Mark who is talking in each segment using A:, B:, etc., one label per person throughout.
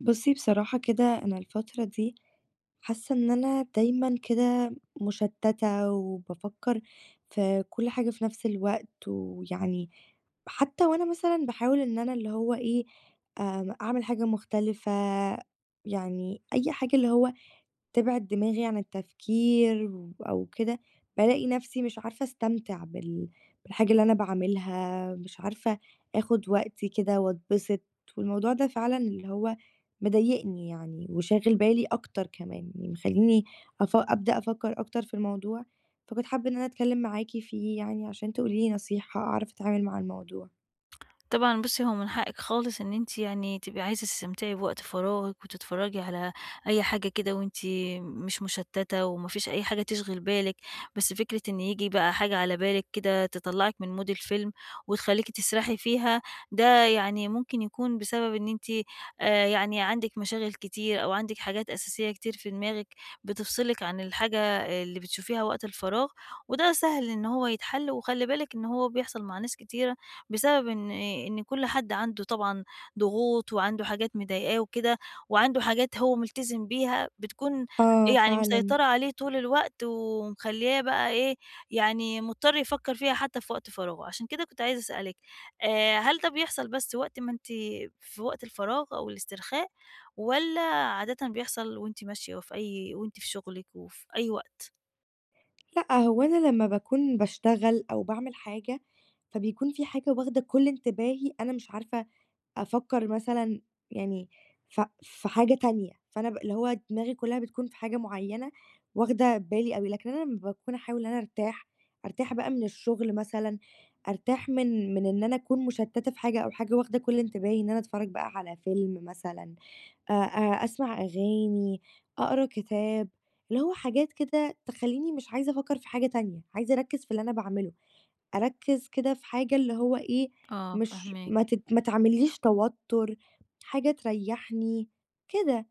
A: بُصّي بصراحة كده أنا الفترة دي حاسة إن أنا دايمًا كده مشتتة، وبافكّر في كل حاجة في نفس الوقت، ويعني حتى وأنا مثلًا باحاول إن أنا اللي هو إيه، آمم، أعمل حاجة مختلفة، يعني أي حاجة اللي هو تبعد دماغي عن التفكير أو كده، بالاقي نفسي مش عارفة أستمتع بالحاجة اللي أنا باعملها، مش عارفة آخد وقتي كده وأتبسط، والموضوع ده فعلًا اللي هو مضايقني يعني، وشاغل بالي أكتر كمان، يعني مخلّيني أبدأ أفكر أكتر في الموضوع، فكنت حابة إن أنا أتكلم معاكِ فيه يعني عشان تقولي لي نصيحة أعرف أتعامل مع الموضوع.
B: طبعًا بُصّي، هو من حقِّك خالص إن أنتِ يعني تبقي عايزة تستمتعي بوقت فراغِك وتتفرّجي على أي حاجة كده، وأنتِ مش مشتّتة وما فيش أي حاجة تشغِل بالِك. بس فكرة إن ييجي بقى حاجة على بالِك كده تطلّعِك من mood الفيلم وتخلّيكِ تسرحي فيها، ده يعني ممكن يكون بسبب إن أنتِ يعني عندِك مشاغل كتير، أو عندِك حاجات أساسية كتير في دماغِك بتفصِلِك عن الحاجة اللي بتشوفيها وقت الفراغ. وده سهل إن هو يتحَل، وخلّي بالِك إن هو بيحصل مع ناس كتيرة، بسبب إن كل حد عنده طبعًا ضغوط وعنده حاجات مضايقاه وكده، وعنده حاجات هو ملتزم بيها بتكون
A: آه
B: يعني
A: فعلًا.
B: مسيطرة عليه طول الوقت، ومخلّياه بقى إيه، يعني مضطر يفكّر فيها حتى في وقت فراغه. عشان كده كنت عايزة أسألِك، هل ده بيحصل بس وقت ما أنتِ في وقت الفراغ أو الاسترخاء، والّا عادةً بيحصل وأنتِ ماشية وفي أي وأنتِ في شغلِك وفي أي وقت؟
A: لأ، هو أنا لمّا باكون باشتغل أو باعمل حاجة، فبيكون في حاجة واخدة كل انتباهي، أنا مش عارفة أفكّر مثلًا يعني في حاجة تانية، فأنا ب اللي هو دماغي كلّها بتكون في حاجة معيّنة واخدة بالي أوي، لكن أنا لمّا باكون أحاول إن أنا أرتاح، أرتاح بقى من الشغل مثلًا، أرتاح من إن أنا أكون مشتّتة في حاجة أو حاجة واخدة كل انتباهي، إن أنا أتفرّج بقى على فيلم مثلًا، أسمع أغاني، أقرا كتاب، اللي هو حاجات كده تخلّيني مش عايزة أفكّر في حاجة تانية، عايزة أركّز في اللي أنا باعمله، أركّز كده في حاجة اللي هو إيه،
B: آه،
A: مش
B: فاهماك.
A: ما تعملّيش توتُّر، حاجة تريّحني، كده.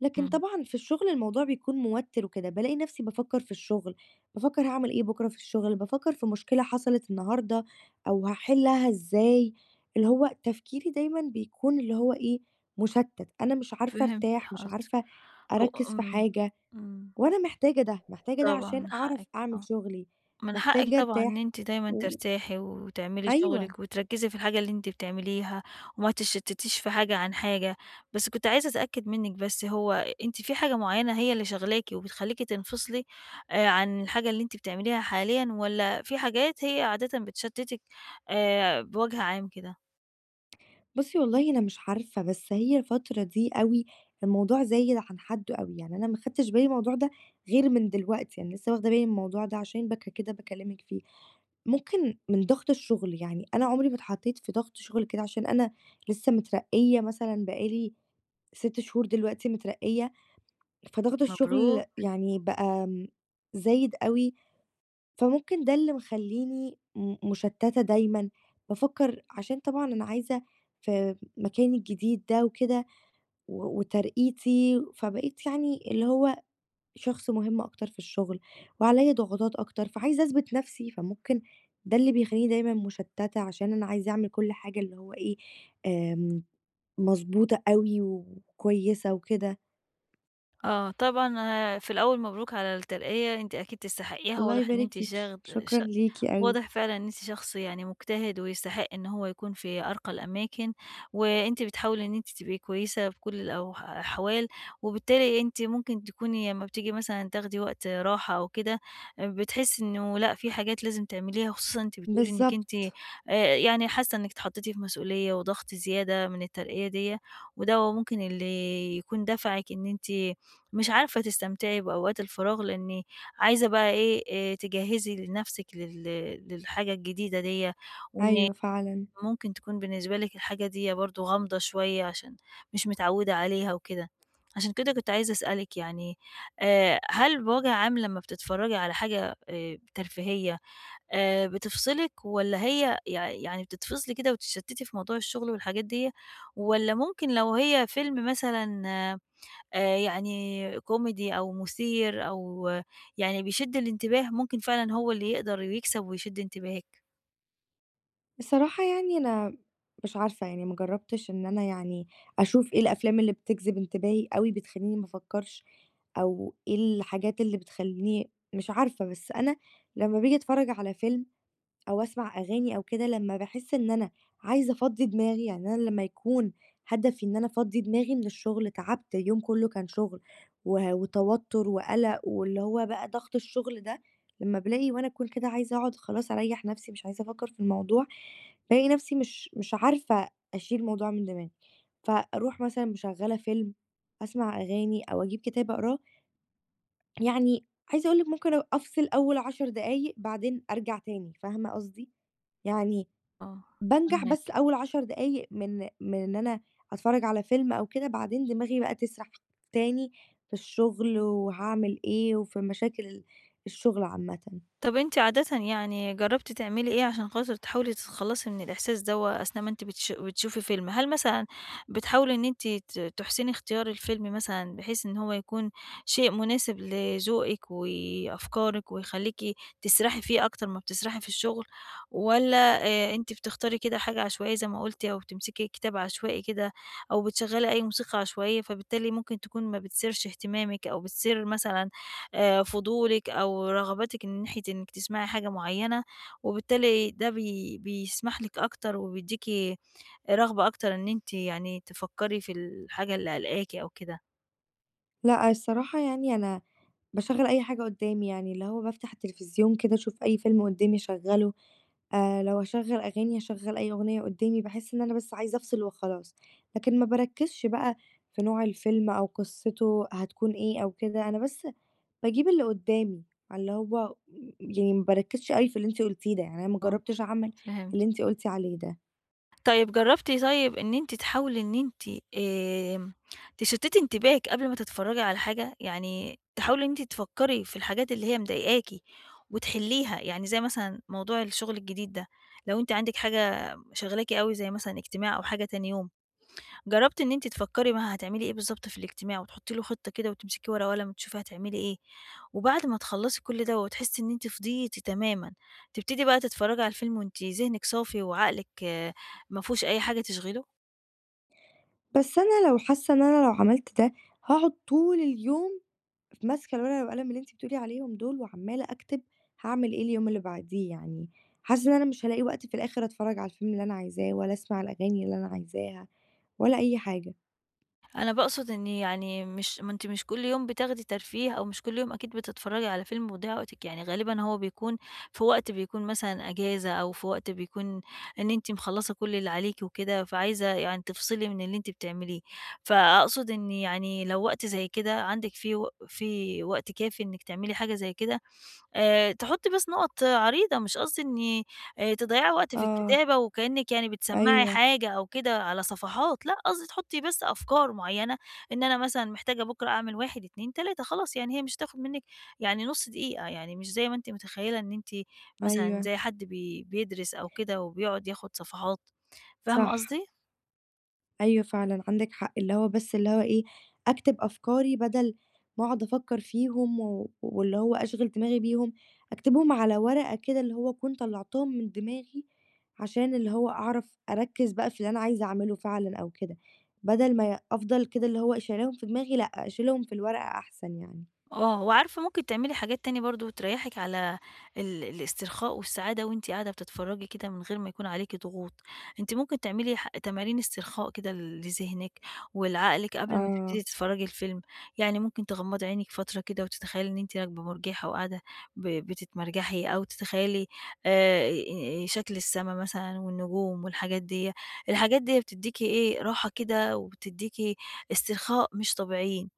A: لكن
B: إمم.
A: طبعًا في الشغل الموضوع بيكون موتِّر وكده، بالاقي نفسي بافكّر في الشغل، بافكّر هاعمل إيه بكرة في الشغل، بافكّر في مشكلة حصلت النهارده أو هاحلّها إزاي، اللي هو تفكيري دايمًا بيكون اللي هو إيه، مُشتَّت، أنا مش عارفة
B: فهمت
A: أرتاح، مش
B: قصدِك.
A: عارفة
B: هو
A: أركّز في
B: إمم،
A: حاجة
B: إمم.
A: وأنا محتاجة ده، محتاجة ده
B: طبعًا
A: عشان
B: من
A: أعرف
B: حقِّك.
A: أعمل
B: آه،
A: شغلي،
B: من حقِّك
A: محتاجة
B: طبعًا إن
A: أرتاح
B: أنتِ دايمًا
A: و
B: ترتاحي وتعملي
A: أيوه.
B: شغلِك وتركّزي في الحاجة اللي أنتِ بتعمليها، وما تتشتتيش في حاجة عن حاجة. بس كنت عايزة أتأكد منِّك، بس هو أنتِ في حاجة معيّنة هي اللي شاغلاكِ وبتخلّيكِ تنفصلي عن الحاجة اللي أنتِ بتعمليها حاليًا، والّا في حاجات هي عادةً بتشتتِك بوجه عام كده؟
A: بُصّي والله أنا مش عارفة، بس هي الفترة دي أوي الموضوع زايد عن حدّه أوي، يعني أنا ما خدتش بالي من الموضوع ده غير من دلوقتي، يعني لسه واخدة بالي من الموضوع ده عشان كده باكلمِك فيه. ممكن من ضغط الشغل، يعني أنا عمري ما اتحطيت في ضغط شغل كده عشان أنا لسه مترقية مثلًا بقى لي 6 شهور دلوقتي مترقية، فضغط الشغل
B: مبروك.
A: يعني بقى زايد أوي، فممكن ده اللي مخلّيني مشتتة دايمًا، بافكّر عشان طبعًا أنا عايزة في مكاني الجديد ده وكده وترقيتي، فبقيت يعني اللي هو شخص مهم أكتر في الشغل، وعليّا ضغوطات أكتر، فعايزة أثبت نفسي، فممكن ده اللي بيخلّيني دايمًا مشتتة عشان أنا عايزة أعمل كل حاجة اللي هو إيه، آمم، مضبوطة أوي وكويسة وكده.
B: آه، طبعًا في الأول مبروك على الترقية، أنتِ أكيد تستحقيها.
A: الله
B: واضح إن
A: يبارك
B: أنتِ
A: فيكِ،
B: شاغد ش
A: شكرًا ليكِ أوي.
B: واضح فعلًا إن أنتِ شخص يعني مجتهد، ويستحق إن هو يكون في أرقى الأماكن، وأنتِ بتحاولي إن أنتِ تبقي كويسة بكل الأحوال. وبالتالي أنتِ ممكن تكوني أمّا بتيجي مثلًا تاخدي وقت راحة أو كده، بتحسي إنه لأ، في حاجات لازم تعمليها، خصوصًا أنتِ بتقولي إنِّك أنتِ
A: بالضبط،
B: يعني حاسة إنِّك اتحطيتِ في مسؤولية وضغط زيادة من الترقية ديّة، وده هو ممكن اللي يكون دفعِك إن أنتِ مش عارفة تستمتعي بأوقات الفراغ، لإن عايزة بقى إيه، تجهّزي لنَفْسِك للحاجة الجديدة ديّة، وإن
A: أيوه فعلًا.
B: ممكن تكون بالنسبة لِك الحاجة ديّة برضه غامضة شوية، عشان مش متعوّدة عليها وكده. عشان كده كنت عايزة أسألِك، يعني هل بوجه عام لمّا بتتفرّجي على حاجة ترفيهية بتفصلِك، والّا هي يعني بتتفصلي كده وتتشتّتي في موضوع الشُغل والحاجات ديّة، والّا ممكن لو هي فيلم مثلًا يعني كوميدي أو مثير أو يعني بيشد الانتباه، ممكن فعلًا هو اللي يقدر يكسب ويشد انتباهِك.
A: بصراحة يعني أنا مش عارفة يعني ما جرّبتش إن أنا يعني أشوف إيه الأفلام اللي بتجذب انتباهي أوي، بتخلّيني ما أفكّرش أو إيه الحاجات اللي بتخلّيني مش عارفة، بس أنا لمّا باجي أتفرّج على فيلم أو أسمع أغاني أو كده لمّا باحس إن أنا عايزة أفضّي دماغي، يعني أنا لمّا يكون هدفي إن أنا أفضّي دماغي من الشغل، تعبت اليوم كلّه كان شغل وتوتر وقلق واللي هو بقى ضغط الشغل ده، لمّا بالاقي وأنا أكون كده عايزة أقعد خلاص أريّح نفسي مش عايزة أفكّر في الموضوع، بالاقي نفسي مش عارفة أشيل الموضوع من دماغي، فأروح مثلًا مشغّلة فيلم، أسمع أغاني أو أجيب كتاب أقراه، يعني عايزة أقول لِك ممكن أفصل أول 10 دقايق بعدين أرجع تاني، فاهمة قصدي؟ يعني
B: آه.
A: بانجح بس
B: فاهماكِ.
A: أول 10 دقايق من إن أنا أتفرّج على فيلم أو كده، بعدين دماغي بقى تسرح تاني في الشغل وهاعمل إيه، وفي مشاكل الشغل عامةً.
B: طب أنتِ عادةً يعني جرّبتِ تعملي إيه عشان خاطر تحاولي تتخلّصي من الإحساس دوّة أثناء ما أنتِ بتشوفي فيلم؟ هل مثلًا بتحاولي إن أنتِ تحسني اختيار الفيلم مثلًا، بحيث إن هو يكون شيء مناسب لذوقِك وأفكارِك، ويخلّيكِ تسرحي فيه أكتر ما بتسرحي في الشغل؟ والّا أنتِ بتختاري كده حاجة عشوائية زي ما قُلتِ، أو بتمسكي كتاب عشوائي كده، أو بتشغّلي أي موسيقى عشوائية، فبالتالي ممكن تكون ما بتثيرش اهتمامِك، أو بتثير مثلًا فضولِك أو رغبتِك من ناحية إنِّك تسمعي حاجة معيّنة، وبالتالي ده بيسمح لِك أكتر، وبيدّيكِ رغبة أكتر إن أنتِ يعني تفكّري في الحاجة اللي قالقاكِ أو كده.
A: لأ الصراحة يعني أنا باشغّل أي حاجة قدّامي، يعني اللي هو بافتح التلفزيون كده أشوف أي فيلم قدّامي أشغّله. لو هاشغّل أغاني، هاشغّل أي أغنية قدّامي باحس إن أنا بس عايزة أفصل وخلاص، لكن ما باركّزش بقى في نوع الفيلم أو قصته هتكون إيه أو كده، أنا بس باجيب اللي قدّامي، اللي هو يعني ما باركّزش أوي في اللي أنتِ قُلتيه ده، يعني أنا ما
B: آه،
A: جرّبتش أعمل
B: فهمت.
A: اللي أنتِ قُلتِ عليه ده،
B: طيب جرّبتِ، طيب إن أنتِ تحاولي إن أنتِ تشتِّتي انتباهِك قبل ما تتفرّجي على حاجة؟ يعني تحاولي إن أنتِ تفكّري في الحاجات اللي هي مضايقاكِ وتحلّيها، يعني زي مثلًا موضوع الشغل الجديد ده. لو أنتِ عندِك حاجة شاغلاكِ أوي زي مثلًا اجتماع أو حاجة تاني يوم، جربتِ إن أنتِ تفكّري بقى هتعملي إيه بالضبط في الاجتماع، وتحطّي له خطة كده، وتمسكي ورقة وقلم وتشوفي هتعملي إيه، وبعد ما تخلّصي كل ده وتحسّي إن أنتِ فضيتِ تمامًا، تبتدي بقى تتفرّجي على الفيلم وأنتِ ذهنِك صافي وعقلِك ما فيهوش أي حاجة تشغله؟
A: بس أنا لو حاسة إن أنا لو عملت ده هاقعد طول اليوم ماسكة الورقة والقلم اللي أنتِ بتقولي عليهم دول، وعمّالة أكتب هاعمل إيه اليوم اللي بعديه يعني، حاسة إن أنا مش هالاقي وقت في الآخر أتفرّج على الفيلم اللي أنا عايزاه، ولا أسمع الأغاني اللي أنا عايزاها، ولا أي حاجة.
B: أنا باقصد إن يعني مش، ما أنتِ مش كل يوم بتاخدي ترفيه، أو مش كل يوم أكيد بتتفرّجي على فيلم وتضيّعي وقتِك، يعني غالبًا هو بيكون في وقت بيكون مثلًا أجازة، أو في وقت بيكون إن أنتِ مخلّصة كل اللي عليكِ وكده، فعايزة يعني تفصلي من اللي أنتِ بتعمليه. فأقصد إن يعني لو وقت زي كده عندِك فيه و في وقت كافي إنِّك تعملي حاجة زي كده، تحُطّي بس نُقط عريضة. مش قصدي إني تضيّعي وقت في
A: آه،
B: الكتابة، وكإنِّك يعني بتسمّعي
A: أيوه،
B: حاجة أو كده على صفحات، لأ، قصدي تحُطّي بس أفكار معيّنة، إن أنا مثلًا محتاجة بُكرة أعمل 1، 2، 3، خلاص. يعني هي مش هتاخُد منِّك يعني نُص دقيقة، يعني مش زي ما أنتِ متخيّلة إن أنتِ مثلًا
A: أيوه،
B: زي حد بيدرس أو كده وبيقعد ياخُد صفحات، فاهمة
A: صح.
B: قصدي؟
A: أيوه فعلًا عندِك حق، اللي هو بس اللي هو إيه، أكتب أفكاري بدل ما أقعد أفكّر فيهم و واللي هو أشغِل دماغي بيهم، أكتبهم على ورقة كده اللي هو أكون طلّعتهم من دماغي، عشان اللي هو أعرف أركّز بقى في اللي أنا عايزة أعمله فعلًا أو كده، بدل ما أفضل كده اللي هو شايلاهم في دماغي، لأ أشيلهم في الورقة أحسن يعني.
B: آه، وعارفة ممكن تعملي حاجات تانية برضه تريّحِك على الاسترخاء والسعادة، وأنتِ قاعدة بتتفرّجي كده من غير ما يكون عليكِ ضغوط. أنتِ ممكن تعملي تمارين استرخاء كده لذهنِك ولعقلِك قبل ما
A: آه،
B: تبتدي تتفرّجي الفيلم، يعني ممكن تغمّضي عينِك فترة كده وتتخيّلي إن أنتِ راكبة مُرجحة وقاعدة بتتمرجحي، أو تتخيّلي آآ شكل السما مثلًا والنجوم والحاجات ديّة. الحاجات ديّة بتدّيكِ إيه، راحة كده، وبتدّيكِ استرخاء مش طبيعيين.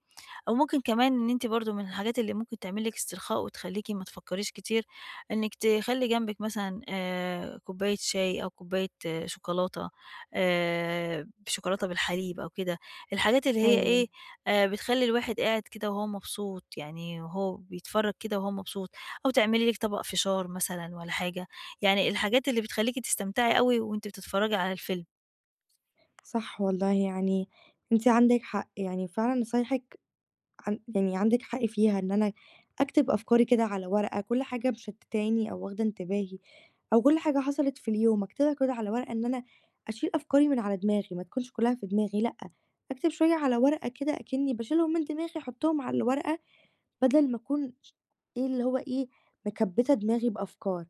B: أو ممكن كمان إن أنتِ برضه من الحاجات اللي ممكن تعمل لِك استرخاء وتخلّيكِ ما تفكّريش كتير، إنِّك تخلّي جنبِك مثلًا كوباية شاي، أو كوباية شوكولاتة، بالحليب أو كده، الحاجات اللي هي
A: أيوه،
B: إيه، بتخلّي الواحد قاعد كده وهو مبسوط، يعني وهو بيتفرّج كده وهو مبسوط، أو تعملي لِك طبق فشار مثلًا والّا حاجة، يعني الحاجات اللي بتخلّيكِ تستمتعي أوي وأنتِ بتتفرّجي على الفيلم.
A: صح والله يعني أنتِ عندِك حق، يعني فعلًا نصايحِك عن يعني عندِك حق فيها إن أنا أكتب أفكاري كده على ورقة، كل حاجة مشتتاني أو واخدة انتباهي أو كل حاجة حصلت في اليوم أكتبها كده على ورقة، إن أنا أشيل أفكاري من على دماغي، ما تكونش كلها في دماغي لأ، أكتب شوية على ورقة كده أكني باشيلهم من دماغي أحطهم على الورقة، بدل ما أكون إيه اللي هو إيه، مكبّتة دماغي بأفكار.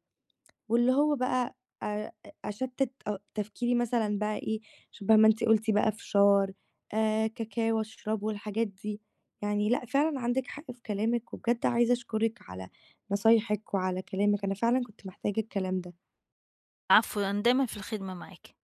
A: واللي هو بقى أ أشتِّت تفكيري مثلًا بقى إيه، شبه ما أنتِ قُلتِ بقى فشار، كاكاو أشربه، الحاجات دي. يعني لأ، فعلًا عندِك حق في كلامِك، وبجد عايزة أشكرِك على نصايحِك وعلى كلامِك، أنا فعلًا كنت محتاجة الكلام ده.
B: العفو، أنا دايمًا في الخدمة معاكِ.